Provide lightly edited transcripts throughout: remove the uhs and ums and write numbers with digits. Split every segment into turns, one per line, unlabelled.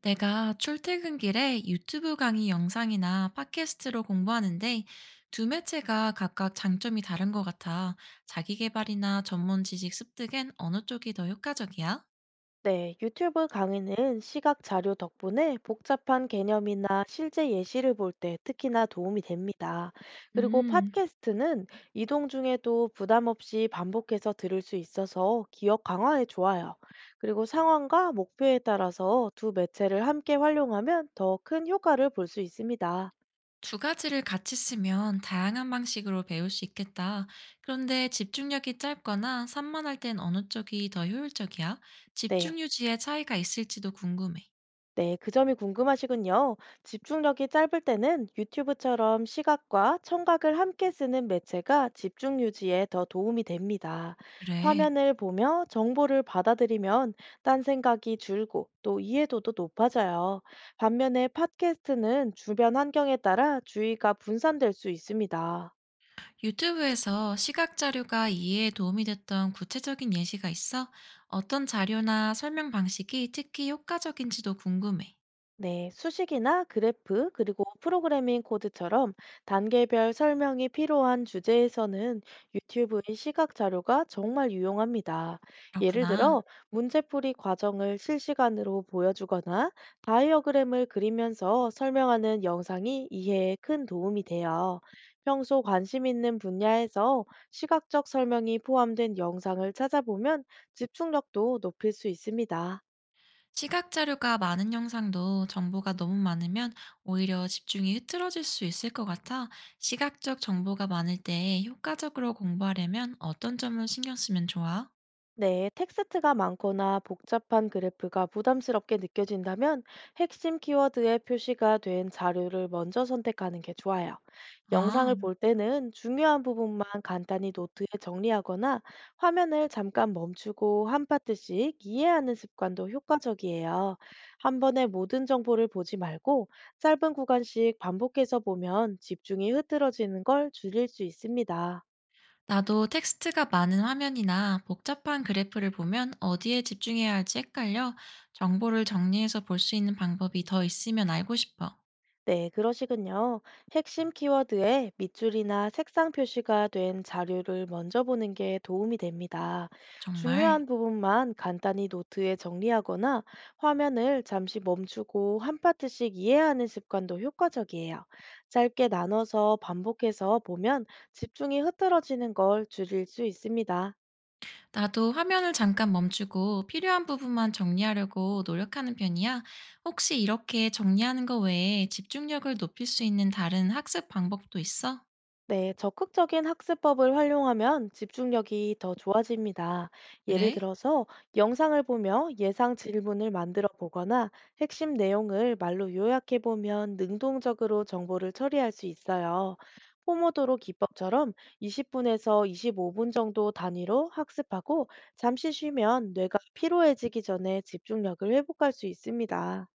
내가 출퇴근길에 유튜브 강의 영상이나 팟캐스트로 공부하는데 두 매체가 각각 장점이 다른 것 같아. 자기계발이나 전문 지식 습득엔 어느 쪽이 더 효과적이야?
네, 유튜브 강의는 시각 자료 덕분에 복잡한 개념이나 실제 예시를 볼 때 특히나 도움이 됩니다. 그리고
음,
팟캐스트는 이동 중에도 부담 없이 반복해서 들을 수 있어서 기억 강화에 좋아요. 그리고 상황과 목표에 따라서 두 매체를 함께 활용하면 더 큰 효과를 볼 수 있습니다.
두 가지를 같이 쓰면 다양한 방식으로 배울 수 있겠다. 그런데 집중력이 짧거나 산만할 땐 어느 쪽이 더 효율적이야?
네.
집중 유지에 차이가 있을지도 궁금해.
네, 그 점이 궁금하시군요. 집중력이 짧을 때는 유튜브처럼 시각과 청각을 함께 쓰는 매체가 집중 유지에 더 도움이 됩니다.
그래.
화면을 보며 정보를 받아들이면 딴 생각이 줄고 또 이해도도 높아져요. 반면에 팟캐스트는 주변 환경에 따라 주의가 분산될 수 있습니다.
유튜브에서 시각 자료가 이해에 도움이 됐던 구체적인 예시가 있어? 어떤 자료나 설명 방식이 특히 효과적인지도 궁금해.
네, 수식이나 그래프, 그리고 프로그래밍 코드처럼 단계별 설명이 필요한 주제에서는 유튜브의 시각 자료가 정말 유용합니다. 예를
그렇구나.
들어, 문제풀이 과정을 실시간으로 보여주거나 다이어그램을 그리면서 설명하는 영상이 이해에 큰 도움이 돼요. 평소 관심 있는 분야에서 시각적 설명이 포함된 영상을 찾아보면 집중력도 높일 수 있습니다.
시각 자료가 많은 영상도 정보가 너무 많으면 오히려 집중이 흐트러질 수 있을 것 같아. 시각적 정보가 많을 때 효과적으로 공부하려면 어떤 점을 신경 쓰면 좋아?
네, 텍스트가 많거나 복잡한 그래프가 부담스럽게 느껴진다면 핵심 키워드에 표시가 된 자료를 먼저 선택하는 게 좋아요.
아.
영상을 볼 때는 중요한 부분만 간단히 노트에 정리하거나 화면을 잠깐 멈추고 한 파트씩 이해하는 습관도 효과적이에요. 한 번에 모든 정보를 보지 말고 짧은 구간씩 반복해서 보면 집중이 흐트러지는 걸 줄일 수 있습니다.
나도 텍스트가 많은 화면이나 복잡한 그래프를 보면 어디에 집중해야 할지 헷갈려 정보를 정리해서 볼 수 있는 방법이 더 있으면 알고 싶어.
네, 그러시군요. 핵심 키워드에 밑줄이나 색상 표시가 된 자료를 먼저 보는 게 도움이 됩니다.
정말.
중요한 부분만 간단히 노트에 정리하거나 화면을 잠시 멈추고 한 파트씩 이해하는 습관도 효과적이에요. 짧게 나눠서 반복해서 보면 집중이 흐트러지는 걸 줄일 수 있습니다.
나도 화면을 잠깐 멈추고 필요한 부분만 정리하려고 노력하는 편이야. 혹시 이렇게 정리하는 거 외에 집중력을 높일 수 있는 다른 학습 방법도 있어?
네, 적극적인 학습법을 활용하면 집중력이 더 좋아집니다. 예를
그래?
들어서 영상을 보며 예상 질문을 만들어 보거나 핵심 내용을 말로 요약해 보면 능동적으로 정보를 처리할 수 있어요. 포모도로 기법처럼 20분에서 25분 정도 단위로 학습하고 잠시 쉬면 뇌가 피로해지기 전에 집중력을 회복할 수 있습니다.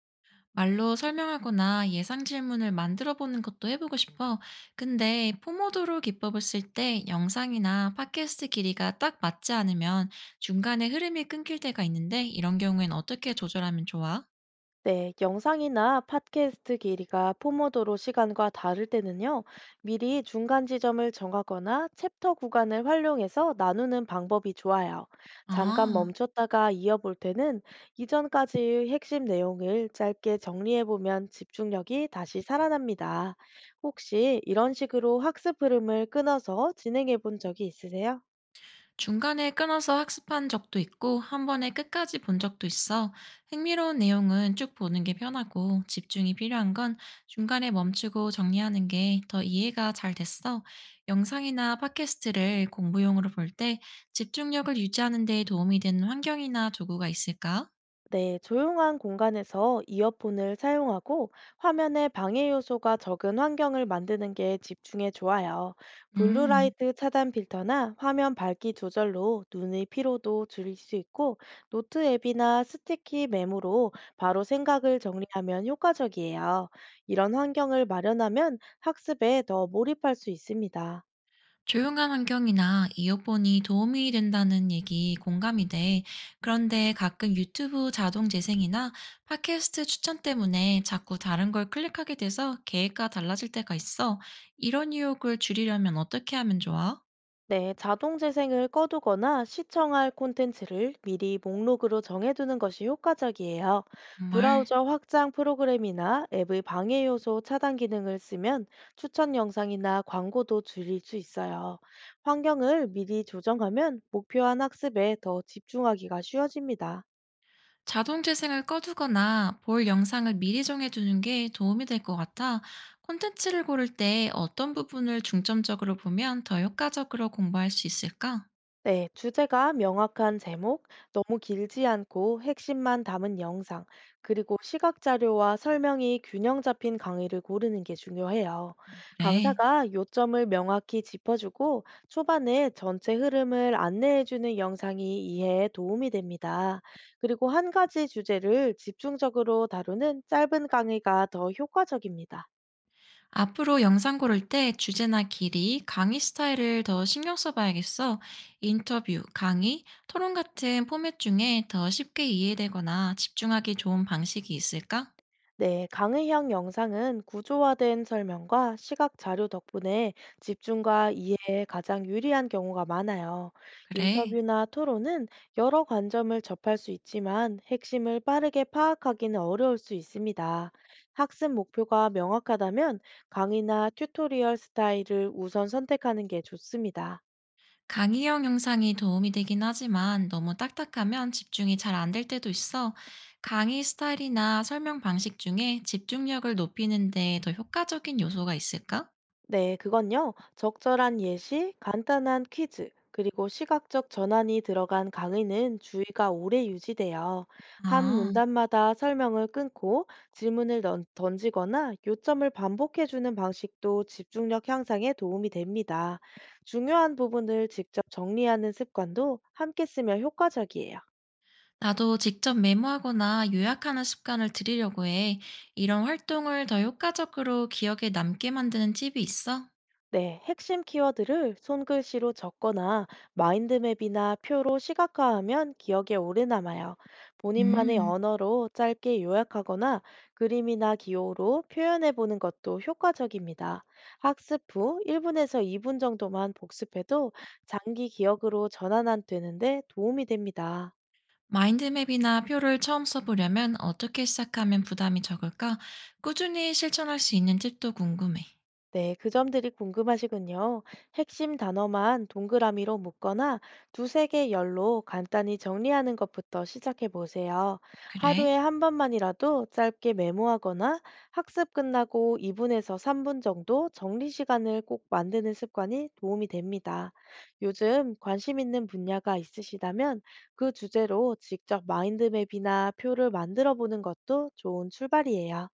말로 설명하거나 예상 질문을 만들어 보는 것도 해보고 싶어. 근데 포모도로 기법을 쓸 때 영상이나 팟캐스트 길이가 딱 맞지 않으면 중간에 흐름이 끊길 때가 있는데 이런 경우엔 어떻게 조절하면 좋아?
네, 영상이나 팟캐스트 길이가 포모도로 시간과 다를 때는요, 미리 중간 지점을 정하거나 챕터 구간을 활용해서 나누는 방법이 좋아요. 잠깐
아.
멈췄다가 이어볼 때는 이전까지의 핵심 내용을 짧게 정리해보면 집중력이 다시 살아납니다. 혹시 이런 식으로 학습 흐름을 끊어서 진행해본 적이 있으세요?
중간에 끊어서 학습한 적도 있고 한 번에 끝까지 본 적도 있어. 흥미로운 내용은 쭉 보는 게 편하고 집중이 필요한 건 중간에 멈추고 정리하는 게 더 이해가 잘 됐어. 영상이나 팟캐스트를 공부용으로 볼 때 집중력을 유지하는 데 도움이 되는 환경이나 도구가 있을까?
네, 조용한 공간에서 이어폰을 사용하고 화면에 방해 요소가 적은 환경을 만드는 게 집중에 좋아요.
음.
블루라이트 차단 필터나 화면 밝기 조절로 눈의 피로도 줄일 수 있고, 노트 앱이나 스티키 메모로 바로 생각을 정리하면 효과적이에요. 이런 환경을 마련하면 학습에 더 몰입할 수 있습니다.
조용한 환경이나 이어폰이 도움이 된다는 얘기 공감이 돼. 그런데 가끔 유튜브 자동 재생이나 팟캐스트 추천 때문에 자꾸 다른 걸 클릭하게 돼서 계획과 달라질 때가 있어. 이런 유혹을 줄이려면 어떻게 하면 좋아?
네, 자동 재생을 꺼두거나 시청할 콘텐츠를 미리 목록으로 정해두는 것이 효과적이에요.
정말.
브라우저 확장 프로그램이나 앱의 방해 요소 차단 기능을 쓰면 추천 영상이나 광고도 줄일 수 있어요. 환경을 미리 조정하면 목표한 학습에 더 집중하기가 쉬워집니다.
자동 재생을 꺼두거나 볼 영상을 미리 정해두는 게 도움이 될 것 같아. 콘텐츠를 고를 때 어떤 부분을 중점적으로 보면 더 효과적으로 공부할 수 있을까?
네, 주제가 명확한 제목, 너무 길지 않고 핵심만 담은 영상, 그리고 시각 자료와 설명이 균형 잡힌 강의를 고르는 게 중요해요.
그래.
강사가 요점을 명확히 짚어주고 초반에 전체 흐름을 안내해주는 영상이 이해에 도움이 됩니다. 그리고 한 가지 주제를 집중적으로 다루는 짧은 강의가 더 효과적입니다.
앞으로 영상 고를 때 주제나 길이, 강의 스타일을 더 신경 써봐야겠어. 인터뷰, 강의, 토론 같은 포맷 중에 더 쉽게 이해되거나 집중하기 좋은 방식이 있을까?
네, 강의형 영상은 구조화된 설명과 시각 자료 덕분에 집중과 이해에 가장 유리한 경우가 많아요.
그래.
인터뷰나 토론은 여러 관점을 접할 수 있지만 핵심을 빠르게 파악하기는 어려울 수 있습니다. 학습 목표가 명확하다면 강의나 튜토리얼 스타일을 우선 선택하는 게 좋습니다.
강의형 영상이 도움이 되긴 하지만 너무 딱딱하면 집중이 잘 안 될 때도 있어. 강의 스타일이나 설명 방식 중에 집중력을 높이는 데 더 효과적인 요소가 있을까?
네, 그건요. 적절한 예시, 간단한 퀴즈, 그리고 시각적 전환이 들어간 강의는 주의가 오래 유지돼요. 한
아.
문단마다 설명을 끊고 질문을 던지거나 요점을 반복해주는 방식도 집중력 향상에 도움이 됩니다. 중요한 부분을 직접 정리하는 습관도 함께 쓰면 효과적이에요.
나도 직접 메모하거나 요약하는 습관을 들이려고 해. 이런 활동을 더 효과적으로 기억에 남게 만드는 팁이 있어?
네, 핵심 키워드를 손글씨로 적거나 마인드맵이나 표로 시각화하면 기억에 오래 남아요. 본인만의
음,
언어로 짧게 요약하거나 그림이나 기호로 표현해 보는 것도 효과적입니다. 학습 후 1분에서 2분 정도만 복습해도 장기 기억으로 전환 안 되는데 도움이 됩니다.
마인드맵이나 표를 처음 써보려면 어떻게 시작하면 부담이 적을까? 꾸준히 실천할 수 있는 팁도 궁금해.
네, 그 점들이 궁금하시군요. 핵심 단어만 동그라미로 묶거나 두세 개 열로 간단히 정리하는 것부터 시작해 보세요. 하루에
그래?
한 번만이라도 짧게 메모하거나 학습 끝나고 2분에서 3분 정도 정리 시간을 꼭 만드는 습관이 도움이 됩니다. 요즘 관심 있는 분야가 있으시다면 그 주제로 직접 마인드맵이나 표를 만들어 보는 것도 좋은 출발이에요.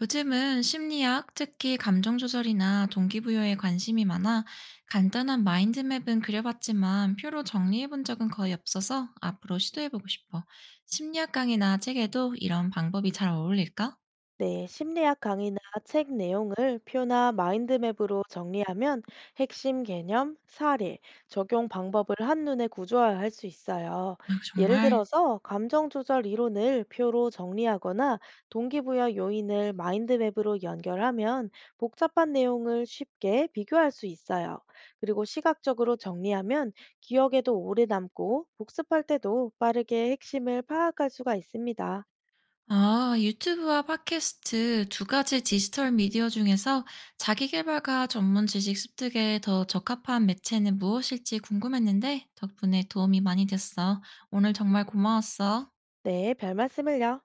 요즘은 심리학, 특히 감정 조절이나 동기부여에 관심이 많아 간단한 마인드맵은 그려봤지만 표로 정리해본 적은 거의 없어서 앞으로 시도해보고 싶어. 심리학 강의나 책에도 이런 방법이 잘 어울릴까?
네, 심리학 강의나 책 내용을 표나 마인드맵으로 정리하면 핵심 개념, 사례, 적용 방법을 한눈에 구조화할 수 있어요.
아,
예를
정말.
들어서 감정 조절 이론을 표로 정리하거나 동기부여 요인을 마인드맵으로 연결하면 복잡한 내용을 쉽게 비교할 수 있어요. 그리고 시각적으로 정리하면 기억에도 오래 남고 복습할 때도 빠르게 핵심을 파악할 수가 있습니다.
아, 유튜브와 팟캐스트 두 가지 디지털 미디어 중에서 자기계발과 전문 지식 습득에 더 적합한 매체는 무엇일지 궁금했는데 덕분에 도움이 많이 됐어. 오늘 정말 고마웠어.
네, 별 말씀을요.